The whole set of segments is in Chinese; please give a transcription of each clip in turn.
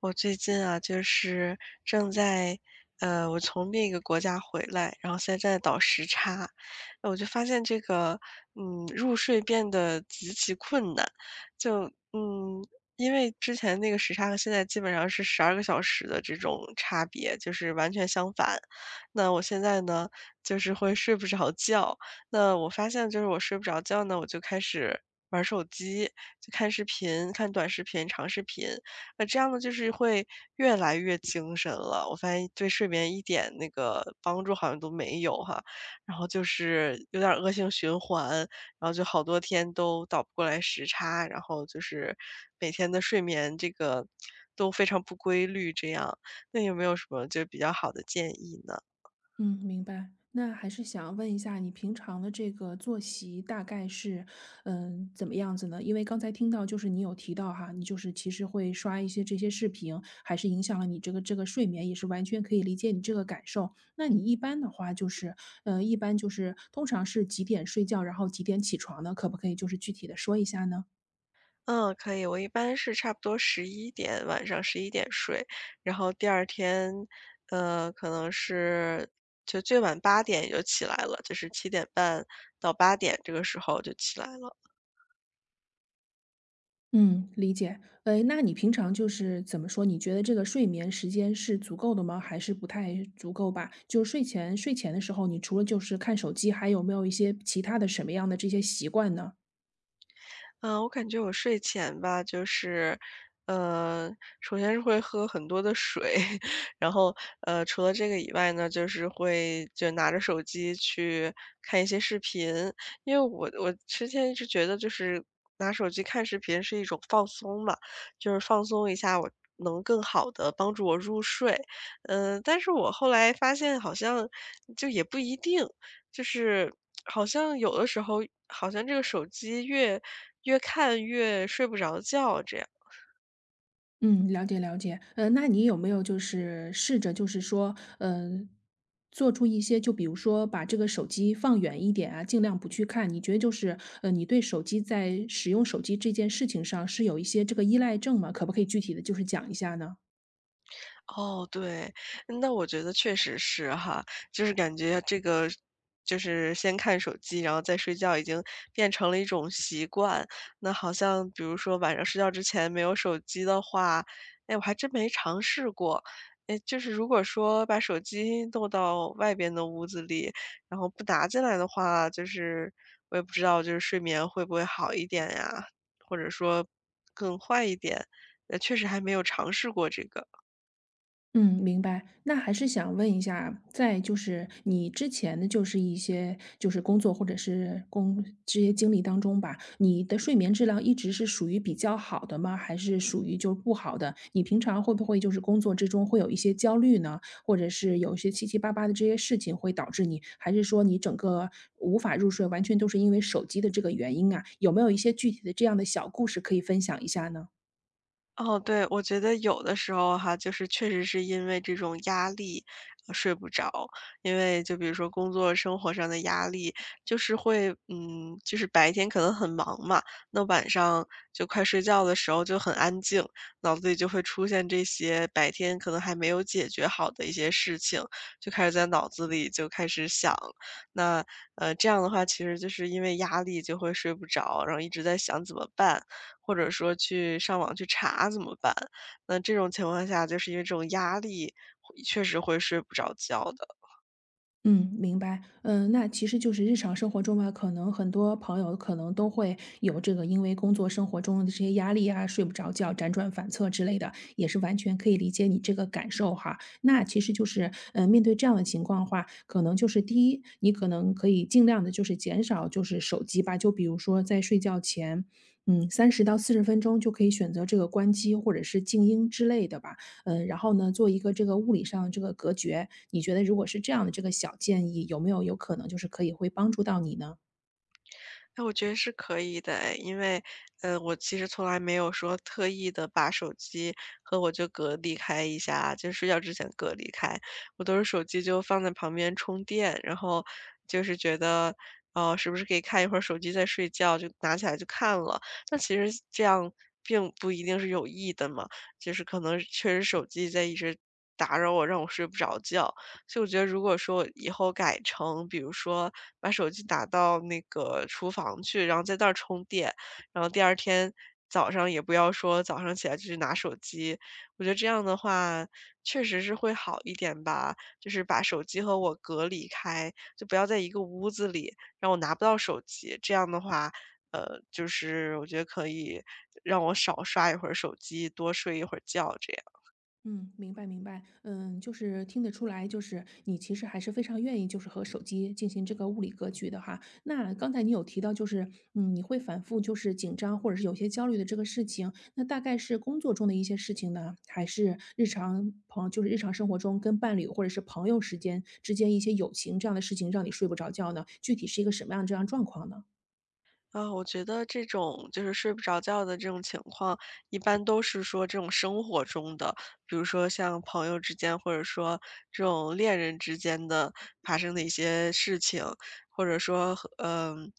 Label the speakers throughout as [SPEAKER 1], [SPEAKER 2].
[SPEAKER 1] 我最近啊，就是正在，我从另一个国家回来，然后现在在倒时差，我就发现这个，入睡变得极其困难，就，嗯，因为之前那个时差和现在基本上是12个小时的这种差别，就是完全相反。那我现在呢，就是会睡不着觉，那我发现就是我睡不着觉呢，我就开始玩手机，就看视频、看短视频、长视频，那这样呢，就是会越来越精神了。我发现对睡眠一点那个帮助好像都没有哈，然后就是有点儿恶性循环，然后就好多天都倒不过来时差，然后就是每天的睡眠这个都非常不规律，这样。那有没有什么就比较好的建议呢？
[SPEAKER 2] 嗯，明白。那还是想问一下，你平常的这个作息大概是，怎么样子呢？因为刚才听到就是你有提到哈，你就是其实会刷一些这些视频，还是影响了你这个这个睡眠，也是完全可以理解你这个感受。那你一般的话就是，一般就是通常是几点睡觉，然后几点起床呢？可不可以就是具体的说一下呢？
[SPEAKER 1] 嗯，可以。我一般是差不多十一点晚上十一点睡，然后第二天，可能是就最晚八点也就起来了，就是7点半到八点这个时候就起来了。
[SPEAKER 2] 嗯，理解。那你平常就是怎么说？你觉得这个睡眠时间是足够的吗？还是不太足够吧？就睡前的时候，你除了就是看手机，还有没有一些其他的什么样的这些习惯呢？
[SPEAKER 1] 嗯，我感觉我睡前吧，就是，呃，首先是会喝很多的水，然后，除了这个以外呢，就是会就拿着手机去看一些视频，因为我之前一直觉得就是拿手机看视频是一种放松嘛，就是放松一下我。能更好的帮助我入睡，但是我后来发现好像就也不一定，就是好像有的时候，好像这个手机越看越睡不着觉这样。
[SPEAKER 2] 嗯，了解了解。那你有没有就是试着就是说，呃，做出一些，就比如说把这个手机放远一点啊，尽量不去看。你觉得就是，你对手机在使用手机这件事情上是有一些这个依赖症吗？可不可以具体的就是讲一下呢？
[SPEAKER 1] 哦，对，那我觉得确实是哈，就是感觉这个就是先看手机，然后再睡觉，已经变成了一种习惯。那好像比如说晚上睡觉之前没有手机的话，哎，我还真没尝试过。哎，就是如果说把手机弄到外边的屋子里，然后不拿进来的话，就是我也不知道，就是睡眠会不会好一点呀，或者说更坏一点？确实还没有尝试过这个。
[SPEAKER 2] 嗯，明白。那还是想问一下，在就是你之前的就是一些就是工作或者是工这些经历当中吧，你的睡眠质量一直是属于比较好的吗？还是属于就是不好的？你平常会不会就是工作之中会有一些焦虑呢？或者是有一些七七八八的这些事情会导致你，还是说你整个无法入睡，完全都是因为手机的这个原因啊？有没有一些具体的这样的小故事可以分享一下呢？
[SPEAKER 1] 哦，对，我觉得有的时候哈，就是确实是因为这种压力，睡不着。因为就比如说工作生活上的压力，就是会就是白天可能很忙嘛，那晚上就快睡觉的时候就很安静，脑子里就会出现这些白天可能还没有解决好的一些事情，就开始在脑子里就开始想。那，这样的话其实就是因为压力就会睡不着，然后一直在想怎么办。或者说去上网去查怎么办？那这种情况下，就是因为这种压力，会确实会睡不着觉的。
[SPEAKER 2] 嗯，明白。嗯，那其实就是日常生活中吧，可能很多朋友可能都会有这个，因为工作生活中的这些压力啊，睡不着觉、辗转反侧之类的，也是完全可以理解你这个感受哈。那其实就是，嗯，面对这样的情况的话，可能就是第一，你可能可以尽量的就是减少就是手机吧，就比如说在睡觉前，嗯，30到40分钟就可以选择这个关机或者是静音之类的吧。嗯，然后呢，做一个这个物理上这个隔绝。你觉得如果是这样的这个小建议，有没有有可能就是可以会帮助到你呢？
[SPEAKER 1] 哎，我觉得是可以的哎，因为，我其实从来没有说特意的把手机和我就隔离开一下，就睡觉之前隔离开，我都是手机就放在旁边充电，然后就是觉得，哦，是不是可以看一会儿手机再睡觉，就拿起来就看了。那其实这样并不一定是有益的嘛，就是可能确实手机在一直打扰我，让我睡不着觉。所以我觉得如果说以后改成，比如说把手机打到那个厨房去，然后在那儿充电，然后第二天早上也不要说早上起来就去拿手机，我觉得这样的话确实是会好一点吧，就是把手机和我隔离开，就不要在一个屋子里，让我拿不到手机，这样的话。就是我觉得可以让我少刷一会儿手机，多睡一会儿觉，这样。
[SPEAKER 2] 嗯，明白明白。嗯，就是听得出来，就是你其实还是非常愿意，就是和手机进行这个物理隔绝的哈。那刚才你有提到，就是你会反复就是紧张或者是有些焦虑的这个事情，那大概是工作中的一些事情呢，还是日常朋就是日常生活中跟伴侣或者是朋友时间之间一些友情这样的事情，让你睡不着觉呢？具体是一个什么样这样状况呢？
[SPEAKER 1] 啊，我觉得这种就是睡不着觉的这种情况，一般都是说这种生活中的，比如说像朋友之间，或者说这种恋人之间的发生的一些事情，或者说和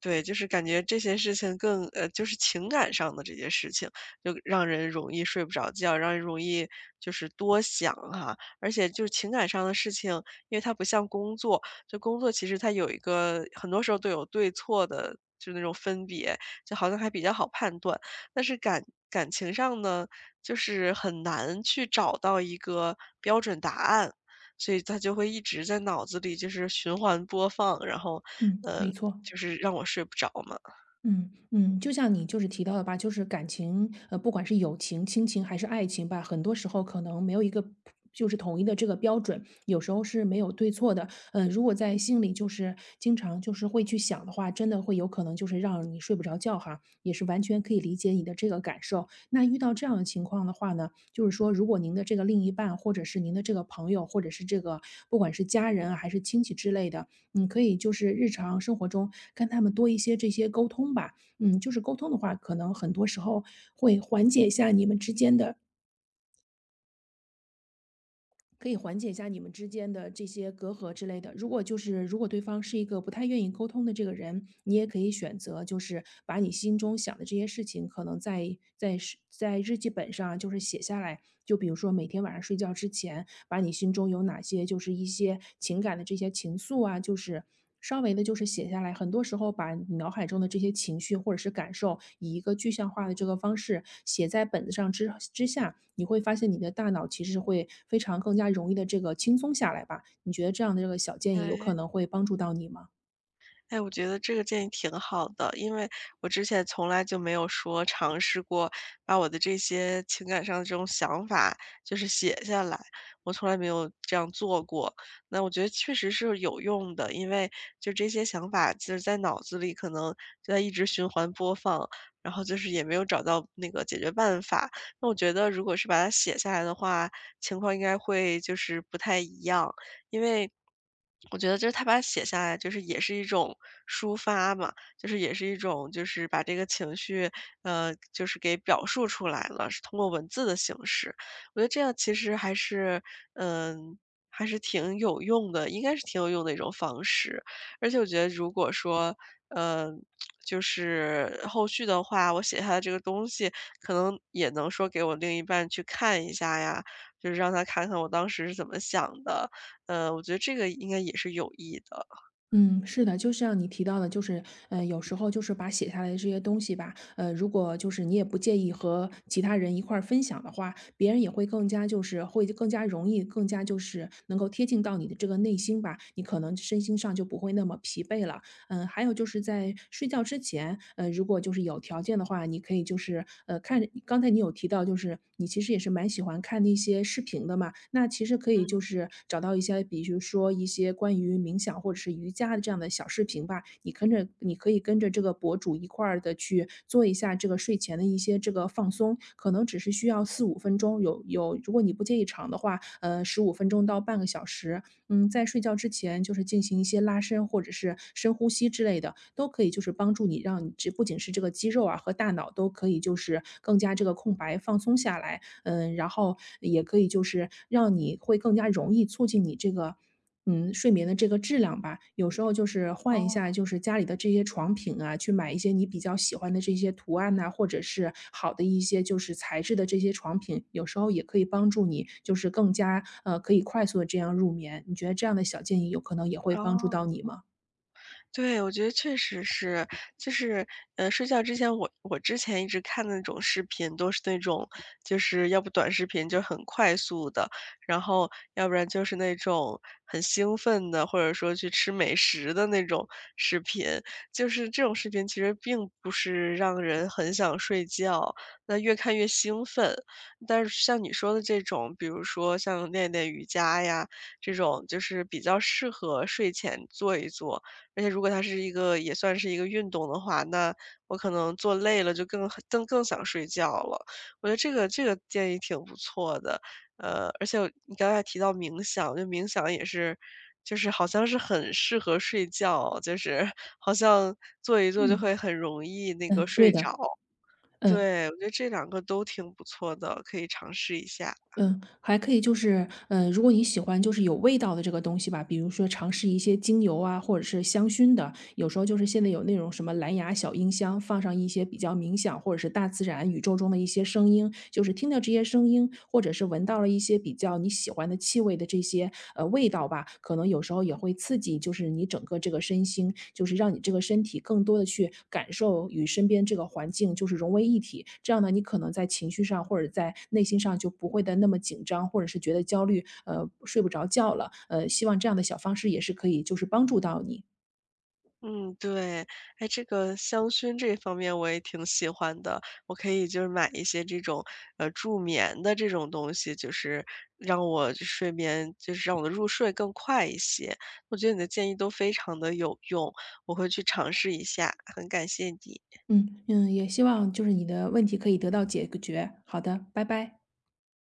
[SPEAKER 1] 对，就是感觉这些事情更，就是情感上的这些事情，就让人容易睡不着觉，让人容易就是多想哈、而且就是情感上的事情，因为它不像工作。就工作其实它有一个很多时候都有对错的，就那种分别，就好像还比较好判断。但是感情上呢，就是很难去找到一个标准答案，所以他就会一直在脑子里就是循环播放，然后，
[SPEAKER 2] 嗯，
[SPEAKER 1] 呃，
[SPEAKER 2] 没错。
[SPEAKER 1] 就是让我睡不着嘛。
[SPEAKER 2] 嗯嗯，就像你就是提到的吧，就是感情，不管是友情、亲情还是爱情吧，很多时候可能没有一个就是统一的这个标准，有时候是没有对错的。呃，如果在心里就是经常就是会去想的话，真的会有可能就是让你睡不着觉哈，也是完全可以理解你的这个感受。那遇到这样的情况的话呢，就是说，如果您的这个另一半，或者是您的这个朋友，或者是这个不管是家人啊还是亲戚之类的，你可以就是日常生活中跟他们多一些这些沟通吧。嗯，就是沟通的话，可能很多时候会缓解一下你们之间的可以缓解一下你们之间的这些隔阂之类的。如果就是如果对方是一个不太愿意沟通的这个人，你也可以选择就是把你心中想的这些事情，可能在是在日记本上就是写下来。就比如说每天晚上睡觉之前，把你心中有哪些就是一些情感的这些情愫啊，就是。稍微的，就是写下来，很多时候把你脑海中的这些情绪或者是感受，以一个具象化的这个方式写在本子上之下，你会发现你的大脑其实会非常更加容易的这个轻松下来吧。你觉得这样的这个小建议有
[SPEAKER 1] 对。
[SPEAKER 2] 可能会帮助到你吗？
[SPEAKER 1] 哎，我觉得这个建议挺好的，因为我之前从来就没有说尝试过把我的这些情感上的这种想法，就是写下来，我从来没有这样做过。那我觉得确实是有用的，因为就这些想法就是在脑子里可能就在一直循环播放，然后就是也没有找到那个解决办法。那我觉得如果是把它写下来的话，情况应该会就是不太一样。因为我觉得就是他把它写下来，就是也是一种抒发嘛，就是也是一种就是把这个情绪，就是给表述出来了，是通过文字的形式。我觉得这样其实还是，嗯，还是挺有用的，应该是挺有用的一种方式。而且我觉得如果说，嗯，就是后续的话，我写下的这个东西，可能也能说给我另一半去看一下呀，就是让他看看我当时是怎么想的。我觉得这个应该也是有益的。
[SPEAKER 2] 嗯，是的，就像你提到的，就是，有时候就是把写下来的这些东西吧，呃，如果就是你也不介意和其他人一块儿分享的话，别人也会更加就是会更加容易，更加就是能够贴近到你的这个内心吧，你可能身心上就不会那么疲惫了。嗯，还有就是在睡觉之前，如果就是有条件的话，你可以就是，看刚才你有提到，就是你其实也是蛮喜欢看那些视频的嘛，那其实可以就
[SPEAKER 1] 嗯。
[SPEAKER 2] 是找到一些，比如说一些关于冥想或者是瑜伽的这样的小视频吧，你可以跟着这个博主一块儿的去做一下这个睡前的一些这个放松，可能只是需要四五分钟，如果你不介意长的话，15分钟到半个小时，嗯，在睡觉之前就是进行一些拉伸或者是深呼吸之类的，都可以就是帮助你让你这不仅是这个肌肉啊和大脑都可以就是更加这个空白放松下来，嗯，然后也可以就是让你会更加容易促进你这个，嗯，睡眠的这个质量吧。有时候就是
[SPEAKER 1] 嗯
[SPEAKER 2] 换一下，
[SPEAKER 1] 哦，
[SPEAKER 2] 就是家里的这些床品啊，去买一些你比较喜欢的这些图案呐、或者是好的一些就是材质的这些床品，有时候也可以帮助你，就是更加可以快速的这样入眠。你觉得这样的小建议有可能也会帮助到
[SPEAKER 1] 哦。
[SPEAKER 2] 你吗？
[SPEAKER 1] 对，我觉得确实是，就是，睡觉之前我之前一直看的那种视频，都是那种就是要不短视频就很快速的，然后要不然就是那种很兴奋的，或者说去吃美食的那种视频。就是这种视频其实并不是让人很想睡觉，那越看越兴奋。但是像你说的这种，比如说像练练瑜伽呀，这种就是比较适合睡前做一做。而且如果它是一个也算是一个运动的话，那我可能做累了就更想睡觉了。我觉得这个建议挺不错的，而且你刚才提到冥想，我觉得冥想也是，就是好像是很适合睡觉，就是好像做一做就
[SPEAKER 2] 嗯
[SPEAKER 1] 会很容易那个
[SPEAKER 2] 嗯，对
[SPEAKER 1] 睡
[SPEAKER 2] 的，
[SPEAKER 1] 着。
[SPEAKER 2] 嗯，
[SPEAKER 1] 对，我觉得这两个都挺不错的，可以尝试一下。
[SPEAKER 2] 嗯，还可以就是，嗯，如果你喜欢就是有味道的这个东西吧，比如说尝试一些精油啊，或者是香薰的，有时候就是现在有那种什么蓝牙小音箱，放上一些比较冥想或者是大自然、宇宙中的一些声音，就是听到这些声音，或者是闻到了一些比较你喜欢的气味的这些味道吧，可能有时候也会刺激，就是你整个这个身心，就是让你这个身体更多的去感受与身边这个环境就是融为一体。这样呢，你可能在情绪上或者在内心上就不会的那么紧张，或者是觉得焦虑，睡不着觉了。希望这样的小方式也是可以就是帮助到你。
[SPEAKER 1] 嗯，对。哎，这个香薰这方面我也挺喜欢的，我可以就是买一些这种，助眠的这种东西，就是让我就睡眠就是让我的入睡更快一些。我觉得你的建议都非常的有用，我会去尝试一下，很感谢你。
[SPEAKER 2] 嗯嗯，也希望就是你的问题可以得到解决。好的，拜拜。